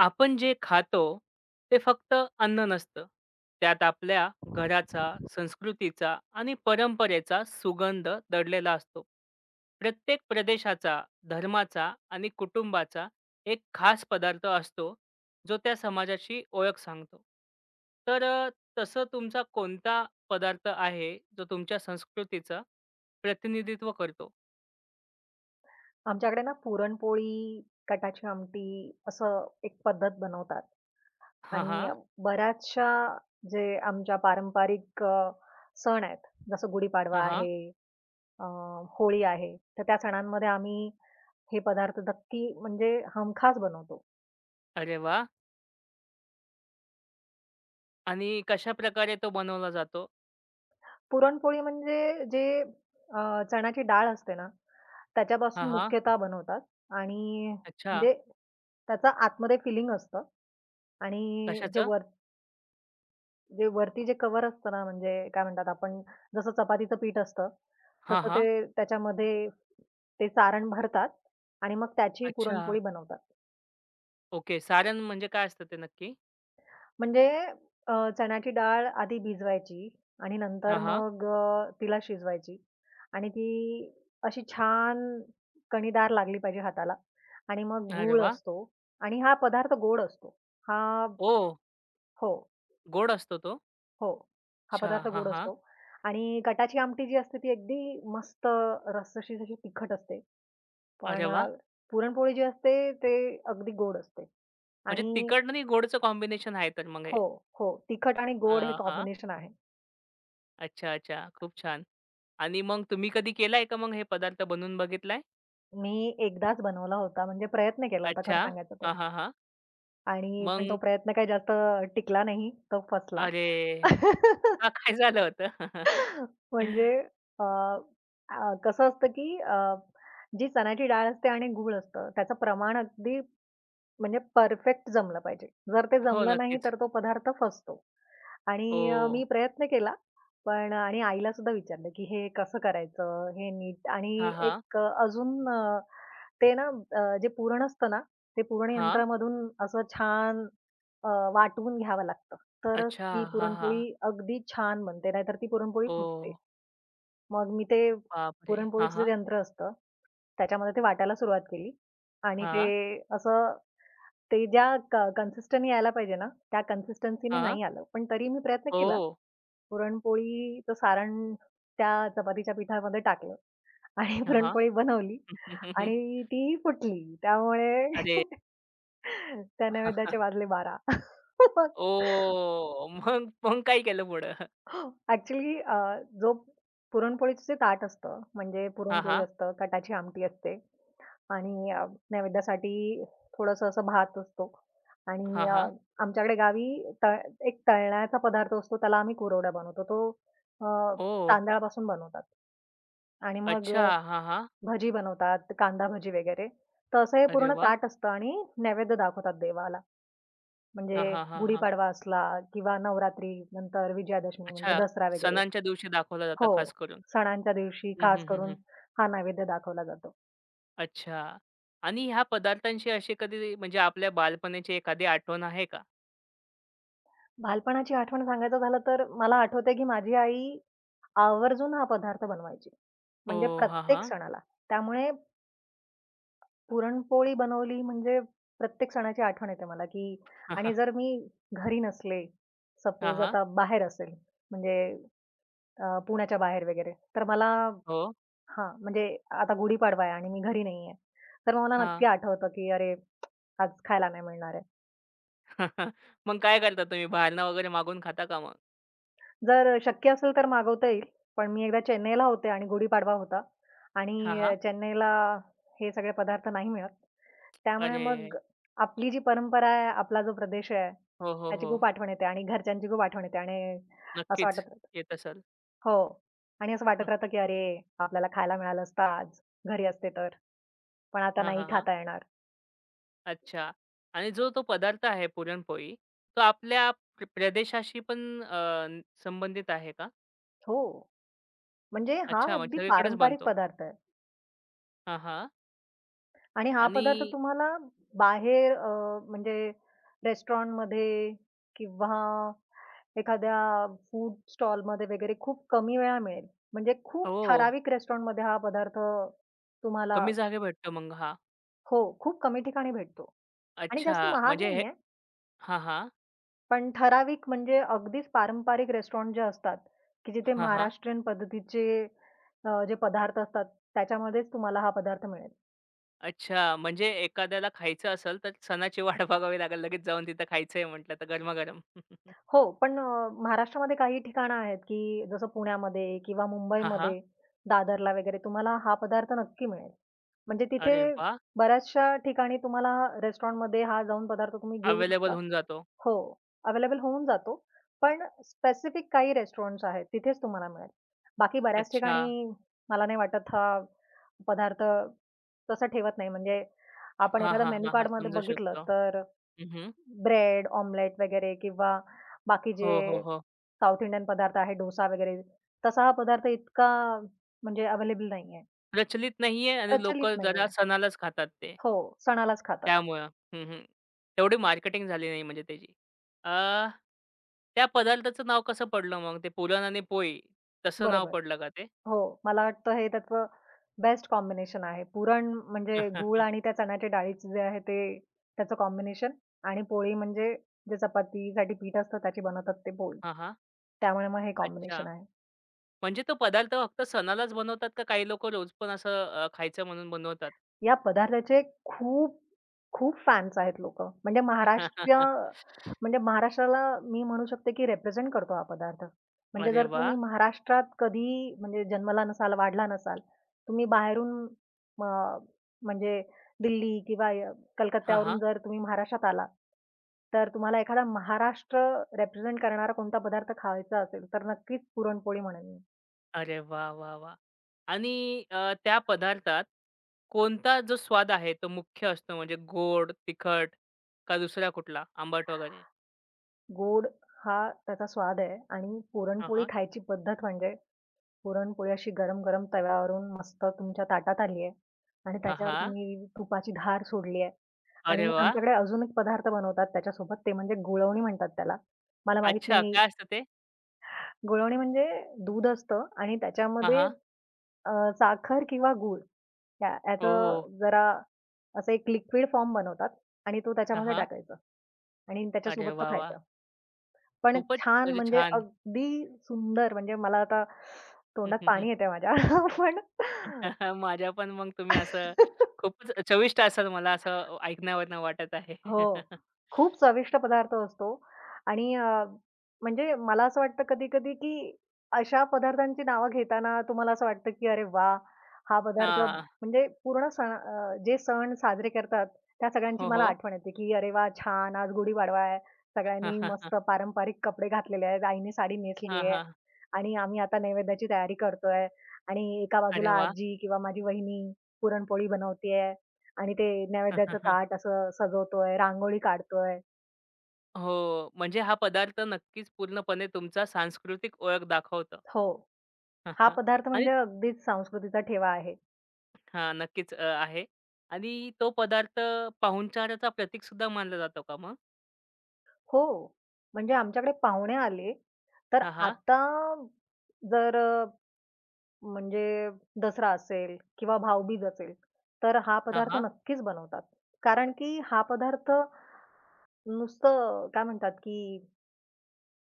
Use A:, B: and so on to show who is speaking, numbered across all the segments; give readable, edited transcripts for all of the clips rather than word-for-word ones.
A: आपण जे खातो ते फक्त अन्न नसतं. त्यात आपल्या घराचा, संस्कृतीचा आणि परंपरेचा सुगंध दडलेला असतो. प्रत्येक प्रदेशाचा, धर्माचा आणि कुटुंबाचा एक खास पदार्थ असतो, जो त्या समाजाची ओळख सांगतो. तर अ, तसं तुमचा कोणता पदार्थ आहे, जो तुमच्या संस्कृतीचं प्रतिनिधित्व करतो?
B: आमच्याकडे ना पुरणपोळी, कटाची आमटी असं एक पद्धत बनवतात
A: हां,
B: आणि
A: हां.
B: बऱ्याचशा जे आमच्या पारंपरिक सण आहेत, जसं गुढीपाडवा
A: हां, हां.
B: आहे, अ, होळी आहे, तर त्या सणांमध्ये आम्ही हे पदार्थ नक्की म्हणजे हमखास बनवतो.
A: अरे वाह! आणि कशाप्रकारे तो बनवला जातो?
B: पुरणपोळी म्हणजे जे चण्याची डाळ असते ना,
A: हां,
B: त्याच्यापासून
A: हां.
B: मुख्यतः बनवतात आणि
A: अच्छा.
B: म्हणजे त्याचं आतमध्ये फिलिंग असतं आणि
A: कशाचं?
B: जे वरती जे कव्हर असतं ना, म्हणजे काय म्हणतात आपण जसं चपातीचं पीठ असतं,
A: हां,
B: तसं
A: हां.
B: ते त्याच्यामध्ये ते सारण भरतात आणि मग त्याची
A: अच्छा.
B: पुरणपोळी बनवतात.
A: ओके. सारण म्हणजे काय असतं ते नक्की?
B: म्हणजे चण्याची डाळ आधी भिजवायची आणि नंतर
A: हां, हां.
B: मग तिला शिजवायची आणि ती अशी छान कणीदार लागली पाहिजे हाताला आणि मग
A: अरे
B: गूळ
A: वाह!
B: असतो आणि हा पदार्थ गोड असतो. हा.
A: ओह!
B: हो.
A: गोड असतो तो?
B: हो. हा
A: अच्छा.
B: पदार्थ
A: हां,
B: गोड
A: हां.
B: असतो आणि गटाची आमटी जी असते ती अगदी मस्त रस्साशी अशी तिखट असते.
A: अरे
B: पण
A: वाह!
B: पुरणपोळी जी असते ते अगदी गोड असते
A: म्हणजे
B: आणि
A: तिखट आणि गोडचं कॉम्बिनेशन आहे तर मग हे.
B: हो, हो. तिखट आणि
A: अ,
B: गोड हे
A: हां.
B: कॉम्बिनेशन आहे.
A: अच्छा, अच्छा. खूप छान. आणि मग तुम्ही कधी केलाय का मग हे पदार्थ बनवून बघितलाय?
B: मी एकदाच बनवला होता म्हणजे प्रयत्न केला होता खरं
A: अच्छा.
B: सांगायचं तर.
A: हां, हां, हां.
B: आणि पण तो
A: मग
B: प्रयत्न काही जास्त टिकला नाही. तो फसला.
A: अरे! का काय झालं होतं?
B: म्हणजे अ, अ, कसं असतं की जी चण्याची डाळ असते आणि गूळ असतं त्याचं प्रमाण अगदी म्हणजे परफेक्ट जमलं पाहिजे. जर ते
A: हो,
B: जमलं नाही,
A: नक्कीच.
B: तर तो पदार्थ फसतो. आणि
A: ओह!
B: मी प्रयत्न केला, पण आणि आईला सुद्धा विचारलं, की "हे कसं करायचं? हे नीट", आणि
A: हां, हां.
B: एक अजून ते ना जे पुरण असतं ना, ते पुरण
A: हां.
B: यंत्रामधून असं छान अ, वाटून घ्यावं लागतं. तरच
A: अच्छा.
B: ती
A: हां,
B: पुरणपोळी
A: हां.
B: अगदी छान बनते, नाहीतर ती पुरणपोळी
A: ओह!
B: फुटते. मग मी ते
A: बापरे! हां,
B: पुरणपोळीचं
A: हां.
B: जे यंत्र असतं, त्याच्यामध्ये ते वाटायला सुरुवात केली आणि ते
A: हां,
B: असं ते ज्या कन्सिस्टंटनी यायला पाहिजे ना, त्या कन्सिस्टन्सीने
A: हां.
B: नाही आलं. पण तरी मी प्रयत्न केला.
A: हो.
B: पुरणपोळीचं सारण त्या चपातीच्या पिठामध्ये टाकलं आणि
A: हां, हां.
B: पुरणपोळी बनवली आणि ती फुटली. त्यामुळे
A: अरे!
B: त्या नैवेद्याचे वाजले 12. मग
A: ओह! मग मग काय केलं पुढं?
B: ॲक्चुअली जो पुरणपोळीचं जे ताट असतं, म्हणजे
A: हां,
B: पुरणपोळी
A: हां.
B: असतं, कटाची आमटी असते आणि नैवेद्यासाठी थोडंसं असं भात असतो
A: हां,
B: आणि
A: हां.
B: आमच्याकडे गावी तळ एक तळण्याचा पदार्थ असतो, त्याला आम्ही कुरवड्या बनवतो. तो अ,
A: ओह!
B: तांदळापासून बनवतात आणि मग
A: अच्छा. हां, हां.
B: भजी बनवतात, कांदा भजी वगैरे. तर असं हे
A: अरे
B: पूर्ण
A: वाह!
B: ताट असतं आणि नैवेद्य दाखवतात देवाला.
A: हां,
B: म्हणजे
A: हां, हां, हां.
B: गुढीपाडवा असला किंवा नवरात्री, नंतर विजयादशमी म्हणजे
A: अच्छा.
B: दसरा वगैरे.
A: सणांच्या दिवशी दाखवला जातं
B: हो,
A: खास करून.
B: सणांच्या दिवशी
A: हं,
B: खास
A: हं, हं,
B: करून
A: हं.
B: हा नैवेद्य दाखवला जातो.
A: अच्छा. आणि ह्या पदार्थांशी अशी कधी म्हणजे आपल्या बालपणीची एखादी आठवण आहे का?
B: बालपणाची आठवण सांगायचं झालं तर मला आठवतंय, की माझी आई आवर्जून हा पदार्थ बनवायची. म्हणजे
A: ओह! हां,
B: प्रत्येक
A: हां.
B: सणाला. त्यामुळे पुरणपोळी बनवली म्हणजे प्रत्येक सणाची आठवण येते मला, की
A: हां, हां.
B: आणि जर मी घरी नसले,
A: हां,
B: सपोज
A: हां.
B: आता बाहेर असेल म्हणजे पुण्याच्या बाहेर वगैरे, तर मला
A: हो.
B: हां, म्हणजे आता गुढीपाडवा आहे आणि मी घरी नाहीये. तर मला
A: हां.
B: नक्की आठवतं, की अरे आज खायला नाही मिळणार आहे.
A: मग काय करता तुम्ही? बाहेरनं वगैरे मागवून खाता का मग?
B: जर शक्य असेल तर मागवता येईल. पण मी एकदा चेन्नईला होते आणि गुढीपाडवा होता
A: हां,
B: आणि
A: हां.
B: चेन्नईला हे सगळे पदार्थ नाही मिळत. त्यामुळे
A: अरे!
B: मग आपली जी परंपरा आहे, आपला जो प्रदेश आहे,
A: हो, हो,
B: त्याची
A: हो.
B: खूप आठवण येते आणि घरच्यांची खूप आठवण येते आणि असं
A: नक्कीच
B: वाटत राहतं.
A: येत असेल.
B: हो. आणि असं वाटत राहतं,
A: हां,
B: की अरे, आपल्याला खायला मिळालं असतं आज, घरी असते तर. पण आता
A: हां,
B: नाही
A: हां.
B: खाता येणार.
A: अच्छा. आणि जो तो पदार्थ आहे पुरणपोळी, तो आपल्या प्रदेशाशी पण संबंधित आहे का?
B: हो, म्हणजे हा
A: अच्छा, म्हणजे
B: अगदी
A: सगळीकडेच
B: पारंपरिक
A: बनतो.
B: पदार्थ आहे.
A: हां, हां.
B: आणि हा
A: आणि
B: पदार्थ तुम्हाला बाहेर म्हणजे रेस्टॉरंटमध्ये किंवा एखाद्या फूड स्टॉलमध्ये वगैरे खूप कमी वेळा मिळेल. म्हणजे खूप
A: हो,
B: ठराविक रेस्टॉरंटमध्ये हा पदार्थ तुम्हाला
A: कमी जागे भेटतो मग हा.
B: हो, खूप कमी ठिकाणी भेटतो आणि
A: अच्छा
B: जास्त महाग
A: म्हणजे हे
B: नाहीये.
A: हां, हां.
B: पण ठराविक म्हणजे अगदीच पारंपरिक रेस्टॉरंट जे असतात, की जिथे
A: हां, हां.
B: महाराष्ट्रीयन पद्धतीचे जे पदार्थ असतात त्याच्यामध्येच तुम्हाला हा पदार्थ मिळेल.
A: अच्छा म्हणजे एखाद्याला खायचं असेल, तर सणाची वाट बघावी लागेल. लगेच जाऊन तिथं खायचंय म्हटलं तर गरमागरम.
B: हो, पण महाराष्ट्रामध्ये काही ठिकाणं आहेत, की जसं पुण्यामध्ये किंवा
A: हां, हां.
B: मुंबईमध्ये, दादरला वगैरे तुम्हाला हा पदार्थ नक्की मिळेल. म्हणजे
A: अरे
B: तिथे
A: वाह!
B: बऱ्याचशा ठिकाणी तुम्हाला रेस्टॉरंटमध्ये हा जाऊन पदार्थ तुम्ही घेऊ
A: अवेलेबल
B: शकता.
A: होऊन जातो.
B: हो, अवेलेबल होऊन जातो. पण स्पेसिफिक काही रेस्टॉरंट्स आहेत, तिथेच तुम्हाला मिळेल. बाकी बऱ्याच
A: अच्छा.
B: ठिकाणी मला नाही वाटत हा पदार्थ तसा ठेवत नाही. म्हणजे आपण
A: हां,
B: एखादं
A: हां,
B: मेनू
A: हां, हां.
B: कार्डमध्ये
A: समजू
B: बघितलं,
A: शकतो.
B: तर
A: हं,
B: ब्रेड, ऑमलेट वगैरे किंवा बाकी जे
A: हो, हो, हो.
B: साउथ इंडियन पदार्थ आहे, डोसा वगैरे तसा हा पदार्थ इतका म्हणजे अवेलेबल नाहीये.
A: प्रचलित नाहीये आणि लोकं
B: प्रचलित
A: जरा
B: नाहीये.
A: सणालाच खातात ते.
B: हो, सणालाच खातात.
A: त्यामुळं. हं, हं. तेवढी मार्केटिंग झाली नाही म्हणजे त्याची. अ, त्या पदार्थाचं नाव कसं पडलं मग? ते पुरण आणि पोळी तसं नाव
B: बरोबर.
A: पडलं का ते?
B: हो, मला वाटतं हे त्याचं बेस्ट कॉम्बिनेशन आहे. पुरण म्हणजे गूळ आणि त्या चण्याच्या डाळीचं जे आहे ते त्याचं कॉम्बिनेशन आणि पोळी म्हणजे जे चपातीसाठी पीठ असतं त्याची बनवतात ते पोळी.
A: हां, हां.
B: त्यामुळे मग हे
A: अच्छा.
B: कॉम्बिनेशन आहे.
A: म्हणजे तो पदार्थ फक्त सणालाच बनवतात का काही लोकं रोज पण असं खायचं म्हणून बनवतात?
B: या पदार्थाचे खूप, खूप फॅन्स आहेत लोकं. म्हणजे महाराष्ट्राला मी म्हणू शकते, की रिप्रेझेंट करतो हा पदार्थ. म्हणजे
A: अरे
B: जर
A: वाह!
B: तुम्ही महाराष्ट्रात कधी म्हणजे जन्मला नसाल, वाढला नसाल, तुम्ही बाहेरून म म्हणजे दिल्ली किंवा
A: हां,
B: कलकत्त्यावरून
A: हां.
B: जर तुम्ही महाराष्ट्रात आला, तर तुम्हाला एखादा महाराष्ट्र रिप्रेझेंट करणारा कोणता पदार्थ खायचा असेल, तर नक्कीच पुरणपोळी म्हणेन मी.
A: अरे वाह! वाह! वाह! आणि त्या पदार्थात कोणता जो स्वाद आहे तो मुख्य असतो म्हणजे गोड, तिखट का दुसरा कुठला आंबट वगैरे?
B: गोड हा त्याचा स्वाद आहे आणि
A: हां,
B: पुरणपोळी
A: हां.
B: खायची पद्धत म्हणजे पुरणपोळी अशी गरम-गरम तव्यावरून मस्त तुमच्या ताटात आली आहे आणि
A: हां,
B: त्याच्यावर
A: हां.
B: तुम्ही तुपाची धार सोडली आहे
A: अरे
B: आणि
A: वाह!
B: आमच्याकडे अजून एक पदार्थ बनवतात त्याच्यासोबत ते म्हणजे गुळवणी म्हणतात त्याला. मला माहीत
A: अच्छा
B: नाही.
A: काय असतं ते?
B: गुळवणी म्हणजे दूध असतं आणि
A: हां,
B: त्याच्यामध्ये
A: हां.
B: अ, साखर किंवा गूळ याचं
A: ओह!
B: जरा असं एक लिक्विड फॉर्म बनवतात आणि तो
A: हां,
B: त्याच्यामध्ये
A: हां.
B: टाकायचा आणि
A: अरे
B: त्याच्यासोबत तो
A: वाह! वाह!
B: खायचा. पण
A: खूपच
B: छान
A: म्हणजे
B: म्हणजे
A: छान.
B: अगदी सुंदर म्हणजे मला आता तोंडात
A: हं,
B: पाणी येतंय माझ्या. पण
A: हं, हं. माझ्या पण मग तुम्ही असं खूपच चविष्ट असाल मला असं ऐकण्यावरनं वाटत आहे.
B: हो. खूप चविष्ट पदार्थ असतो आणि म्हणजे मला असं वाटतं कधी-कधी की अशा पदार्थांची नावं घेताना तुम्हाला असं वाटतं की "अरे वा, हा पदार्थ"
A: हां.
B: म्हणजे पूर्ण सण जे सण साजरे करतात, त्या सगळ्यांची
A: हो,
B: मला
A: हो.
B: आठवण येते की "अरे वा, छान आज गुढीपाडवा आहे.
A: हां,
B: सगळ्यांनी
A: हां, हां.
B: मस्त पारंपरिक कपडे घातलेले आहेत. आईने साडी
A: हां,
B: नेसली आहे
A: हां.
B: आणि आम्ही आता नैवेद्याची तयारी करतोय आणि एका
A: अरे
B: बाजूला
A: वाह!
B: आजी किंवा माझी वहिनी पुरणपोळी बनवतेय." आणि ते नैवेद्याचं ताट असं सजवतोय, रांगोळी काढतोय.
A: हो, म्हणजे हा पदार्थ नक्कीच पूर्णपणे तुमचा सांस्कृतिक ओळख दाखवतो.
B: हो. हा पदार्थ
A: आणि
B: म्हणजे अगदीच संस्कृतीचा ठेवा आहे.
A: हां, नक्कीच आहे. आणि तो पदार्थ पाहुणचाराचा प्रतीकसुद्धा मानला जातो का मग?
B: हो. म्हणजे आमच्याकडे पाहुणे आले, तर
A: हां, हां.
B: आता जर म्हणजे दसरा असेल किंवा भाऊबीज असेल, तर हा
A: हां,
B: पदार्थ
A: हां.
B: नक्कीच बनवतात. कारण की हा पदार्थ नुसतं काय म्हणतात, की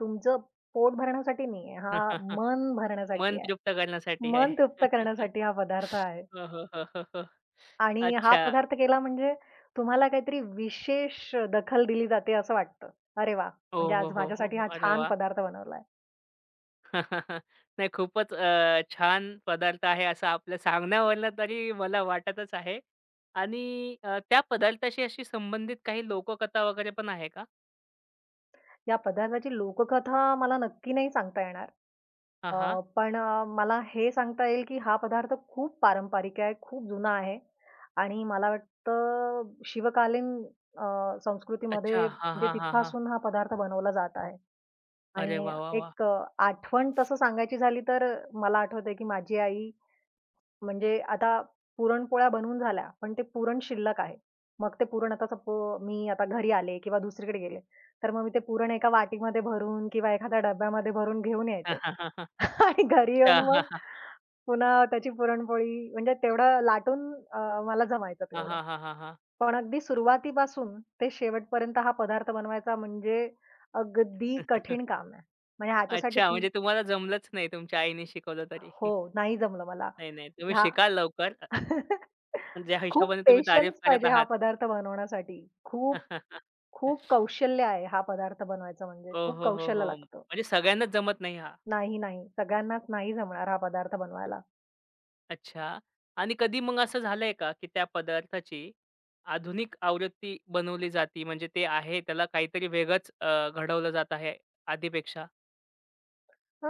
B: तुमचं पोट भरण्यासाठी नाहीये, हा मन
A: मन
B: भरण्यासाठी आहे.
A: तृप्त करण्यासाठी आहे.
B: मन तृप्त करण्यासाठी हा पदार्थ आहे.
A: हो, हो, हो, हो, हो.
B: आणि हा
A: अच्छा.
B: पदार्थ केला म्हणजे तुम्हाला काहीतरी विशेष दखल दिली जाते असं वाटतं. अरे वाह!
A: ओ,
B: म्हणजे
A: हो,
B: आज
A: हो, हो,
B: माझ्यासाठी
A: हो.
B: हा
A: अरे
B: छान
A: वाह!
B: पदार्थ बनवलाय.
A: नाही खूपच छान पदार्थ आहे असं आपल्या सांगण्यावरनं तरी मला वाटतच आहे. आणि त्या पदार्थाशी अशी संबंधित काही लोककथा वगैरे पण आहे का?
B: या पदार्थाची लोककथा मला नक्की नाही सांगता येणार.
A: हां, हां.
B: पण मला हे सांगता येईल, की हा पदार्थ खूप पारंपरिक आहे, खूप जुना आहे आणि मला वाटतं शिवकालीन
A: अच्छा.
B: संस्कृतीमध्ये
A: हां,
B: म्हणजे
A: हां, हां, हां.
B: तिथपासून हा पदार्थ बनवला जात आहे
A: अरे
B: आणि
A: वाह, वाह, वाह!
B: एक आठवण तसं सांगायची झाली तर मला आठवतंय, की माझी आई म्हणजे आता पुरणपोळ्या बनवून झाल्या, पण ते पुरण शिल्लक आहे. मग ते पुरण आता मी आता घरी आले किंवा दुसरीकडे गेले, तर मग मी ते पुरण एका वाटीमध्ये भरून किंवा एखाद्या डब्यामध्ये भरून घेऊन यायचे. आणि घरी
A: अच्छा.
B: येऊन
A: हां,
B: मग
A: हां.
B: पुन्हा त्याची पुरणपोळी म्हणजे तेवढं लाटून मला जमायचं
A: हां,
B: तेवढं.
A: हां, हां, हां, हां.
B: पण अगदी सुरुवातीपासून ते शेवटपर्यंत हा पदार्थ बनवायचा म्हणजे अगदी कठीण काम आहे. म्हणजे
A: अच्छा म्हणजे तुम्हाला जमलंच नाही तुमच्या आईने शिकवलं तरी.
B: हो, नाही जमलं मला.
A: नाही, नाही. तुम्ही
B: ह्या
A: शिकाल लवकर. ज्या
B: खूप
A: हिशोबाने तुम्ही तारीफ
B: पेशन्स
A: करत
B: पाहिजे हा
A: आहात.
B: पदार्थ बनवण्यासाठी. खूप, खूप कौशल्य आहे हा पदार्थ बनवायचा म्हणजे.
A: हो,
B: खूप
A: हो, हो,
B: कौशल्य
A: हो.
B: लागतं.
A: म्हणजे सगळ्यांनाच जमत नाही
B: नाही, नाही. सगळ्यांनाच नाही जमणार हा पदार्थ बनवायला.
A: अच्छा. आणि कधी मग असं झालंय का, की त्या पदार्थाची आधुनिक आवृत्ती बनवली जाती म्हणजे ते आहे त्याला काहीतरी वेगळंच घडवलं जात आहे आधीपेक्षा?
B: अ,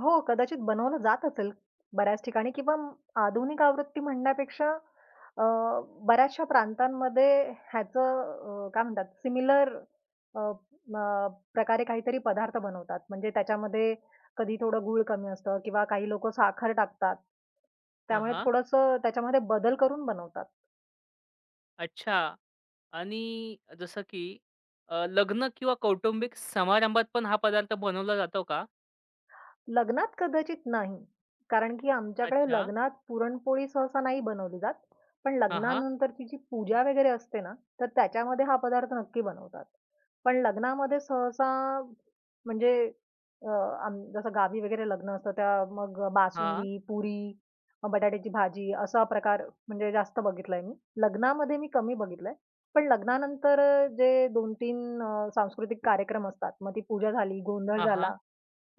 B: हो, कदाचित बनवलं जात असेल बऱ्याच ठिकाणी किंवा आधुनिक आवृत्ती म्हणण्यापेक्षा अ, बऱ्याचशा प्रांतांमध्ये ह्याचं काय म्हणतात सिमिलर अ, अ, प्रकारे काहीतरी पदार्थ बनवतात. म्हणजे त्याच्यामध्ये कधी थोडं गूळ कमी असतं किंवा काही लोकं साखर टाकतात.
A: हां,
B: त्यामुळे
A: हां.
B: थोडंसं त्याच्यामध्ये बदल करून बनवतात.
A: अच्छा. आणि जसं की लग्न किंवा कौटुंबिक समारंभात पण हा पदार्थ बनवला जातो का?
B: लग्नात कदाचित नाही. कारण की आमच्याकडे
A: अच्छा.
B: लग्नात पुरणपोळी सहसा नाही बनवली जात. पण
A: हां, हां.
B: लग्नानंतरची जी पूजा वगैरे असते ना, तर त्याच्यामध्ये हा पदार्थ नक्की बनवतात. पण लग्नामध्ये सहसा म्हणजे अ, जसं गावी वगैरे लग्न असतं त्या मग
A: हां.
B: बासुंदी, पुरी, मग बटाट्याची भाजी असा प्रकार म्हणजे जास्त बघितलाय मी. लग्नामध्ये मी कमी बघितलंय. पण लग्नानंतर जे 2-3 सांस्कृतिक कार्यक्रम असतात. मग ती पूजा झाली, गोंधळ
A: हां, हां.
B: झाला.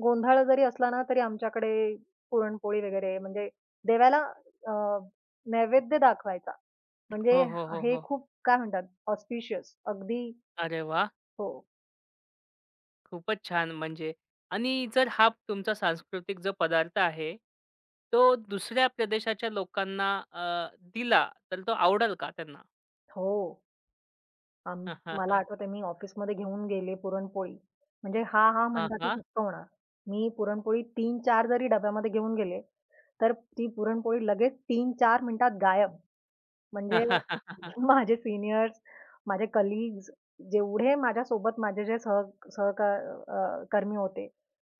B: गोंधळ जरी असला ना, तरी आमच्याकडे पुरणपोळी वगैरे म्हणजे देवाला अ, नैवेद्य दाखवायचा. म्हणजे
A: हो, हो, हो,
B: हे
A: हो.
B: खूप काय म्हणतात ऑस्पिशियस अगदी.
A: अरे वाह!
B: हो.
A: खूपच छान म्हणजे आणि जर हा तुमचा सांस्कृतिक जो पदार्थ आहे, तो दुसऱ्या प्रदेशाच्या लोकांना दिला, तर तो आवडेल का त्यांना?
B: हो. आम
A: हां,
B: मला
A: हां.
B: आठवतंय मी ऑफिसमध्ये घेऊन गेले पुरणपोळी. म्हणजे हां, हां
A: हां,
B: म्हणला की
A: हां.
B: हुसकवणार. मी पुरणपोळी 3-4 जरी डब्यामध्ये घेऊन गेले, तर ती पुरणपोळी लगेच 3-4 मिनिटात गायब. म्हणजे माझे सीनियर्स, माझे कलीग्स जेवढे माझ्यासोबत माझे जे सह सहका कर्मी होते,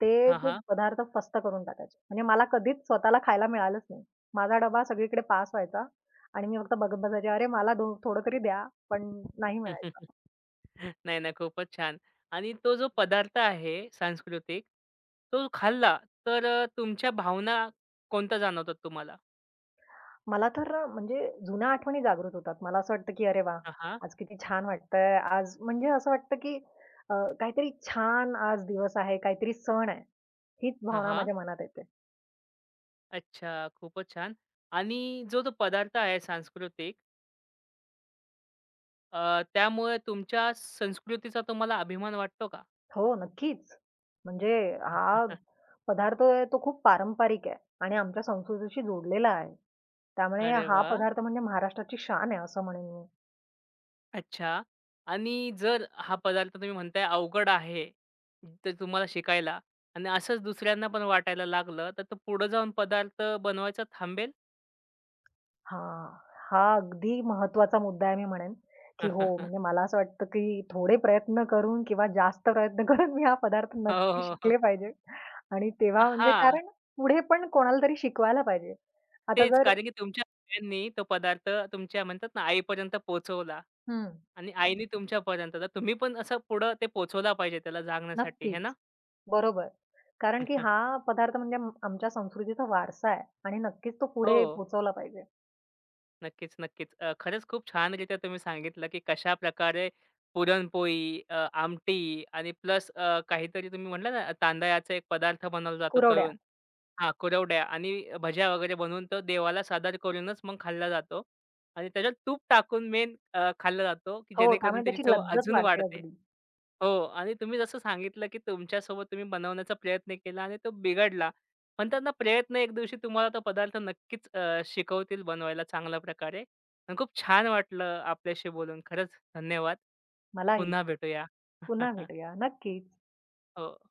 B: ते ते
A: नाही,
B: पदार्थ फस्त करून टाकायचे. म्हणजे मला कधीच स्वतःला खायला मिळालंच नाही. माझा डबा सगळीकडे पास व्हायचा आणि मी फक्त बघत बसायचे, "अरे मला दो थोडं तरी द्या." पण नाही मिळायचं.
A: नाही. ना, खूपच छान. आणि तो जो पदार्थ आहे सांस्कृतिक, तो खाल्ला तर तुमच्या भावना कोणत्या जाणवतात तुम्हाला?
B: मला तर म्हणजे जुन्या आठवणी जागृत होतात. मला असं वाटतं, की "अरे वाह!
A: हां, हां.
B: आज किती छान वाटतंय." आज म्हणजे असं वाटतं, की अ, काहीतरी छान आज दिवस आहे, काहीतरी सण आहे. हीच
A: हां,
B: भावना
A: हां.
B: माझ्या मनात येते.
A: अच्छा, खूपच छान. आणि जो तो पदार्थ आहे सांस्कृतिक अ, त्यामुळे तुमच्या संस्कृतीचा तुम्हाला अभिमान वाटतो का?
B: हो, नक्कीच. म्हणजे हा पदार्थ आहे तो खूप पारंपरिक आहे आणि आमच्या संस्कृतीशी जोडलेला आहे. त्यामुळे
A: अरे
B: हा
A: वाह!
B: पदार्थ म्हणजे महाराष्ट्राची शान आहे असं म्हणेन मी.
A: अच्छा. आणि जर हा पदार्थ तुम्ही म्हणताय अवघड आहे, तर तुम्हाला शिकायला आणि असंच दुसऱ्यांना पण वाटायला लागलं, तर तो पुढे जाऊन पदार्थ बनवायचा थांबेल?
B: हां, हा अगदी महत्त्वाचा मुद्दा आहे मी म्हणेन, की हो म्हणजे मला असं वाटतं, की थोडे प्रयत्न करून किंवा जास्त प्रयत्न करून मी हा पदार्थ
A: हो,
B: नक्की
A: हो, हो.
B: शिकले पाहिजे आणि तेव्हा म्हणजे
A: हां,
B: कारण पुढे पण कोणाला तरी शिकवायला पाहिजे. आता
A: तेच
B: जर
A: कारण की तुमच्या आयांनी तो पदार्थ तुमच्या म्हणतात ना, आईपर्यंत पोहोचवला
B: हं,
A: आणि आईने तुमच्यापर्यंत. तर तुम्ही पण असं पुढं ते पोहोचवला पाहिजे त्याला जागण्यासाठी, हे
B: नक्कीच.
A: ना?
B: बरोबर. कारण की हा पदार्थ म्हणजे आमच्या संस्कृतीचा वारसा आहे आणि नक्कीच तो पुढे
A: हो.
B: पोहोचवला पाहिजे.
A: नक्कीच, नक्कीच. खरंच खूप छानरीत्या तुम्ही सांगितलं, की कशाप्रकारे पुरणपोळी, आमटी आणि प्लस काहीतरी तुम्ही म्हटलं ना, तांदळाचा एक पदार्थ बनवला जातो
B: कुरवड्या.
A: तळून. हां, कुरवड्या आणि भज्या वगैरे बनवून तो देवाला सादर करूनच मग खाल्ला जातो आणि त्याच्यात तूप टाकून मेन खाल्ला जातो, की
B: हो,
A: जेणेकरून
B: त्यामुळे
A: त्याची
B: त्याची
A: चव
B: लज्जत
A: अजून
B: वाढते
A: वाढते.
B: अगदी.
A: हो आणि तुम्ही जसं सांगितलं, की तुमच्यासोबत तुम्ही बनवण्याचा प्रयत्न केला आणि तो बिघडला. पण त्यांना प्रयत्न एक दिवशी तुम्हाला तो पदार्थ नक्कीच शिकवतील बनवायला चांगल्या प्रकारे. आणि खूप छान वाटलं आपल्याशी बोलून. खरंच धन्यवाद.
B: मलाही.
A: पुन्हा भेटूया.
B: पुन्हा भेटूया. नक्कीच.
A: हो.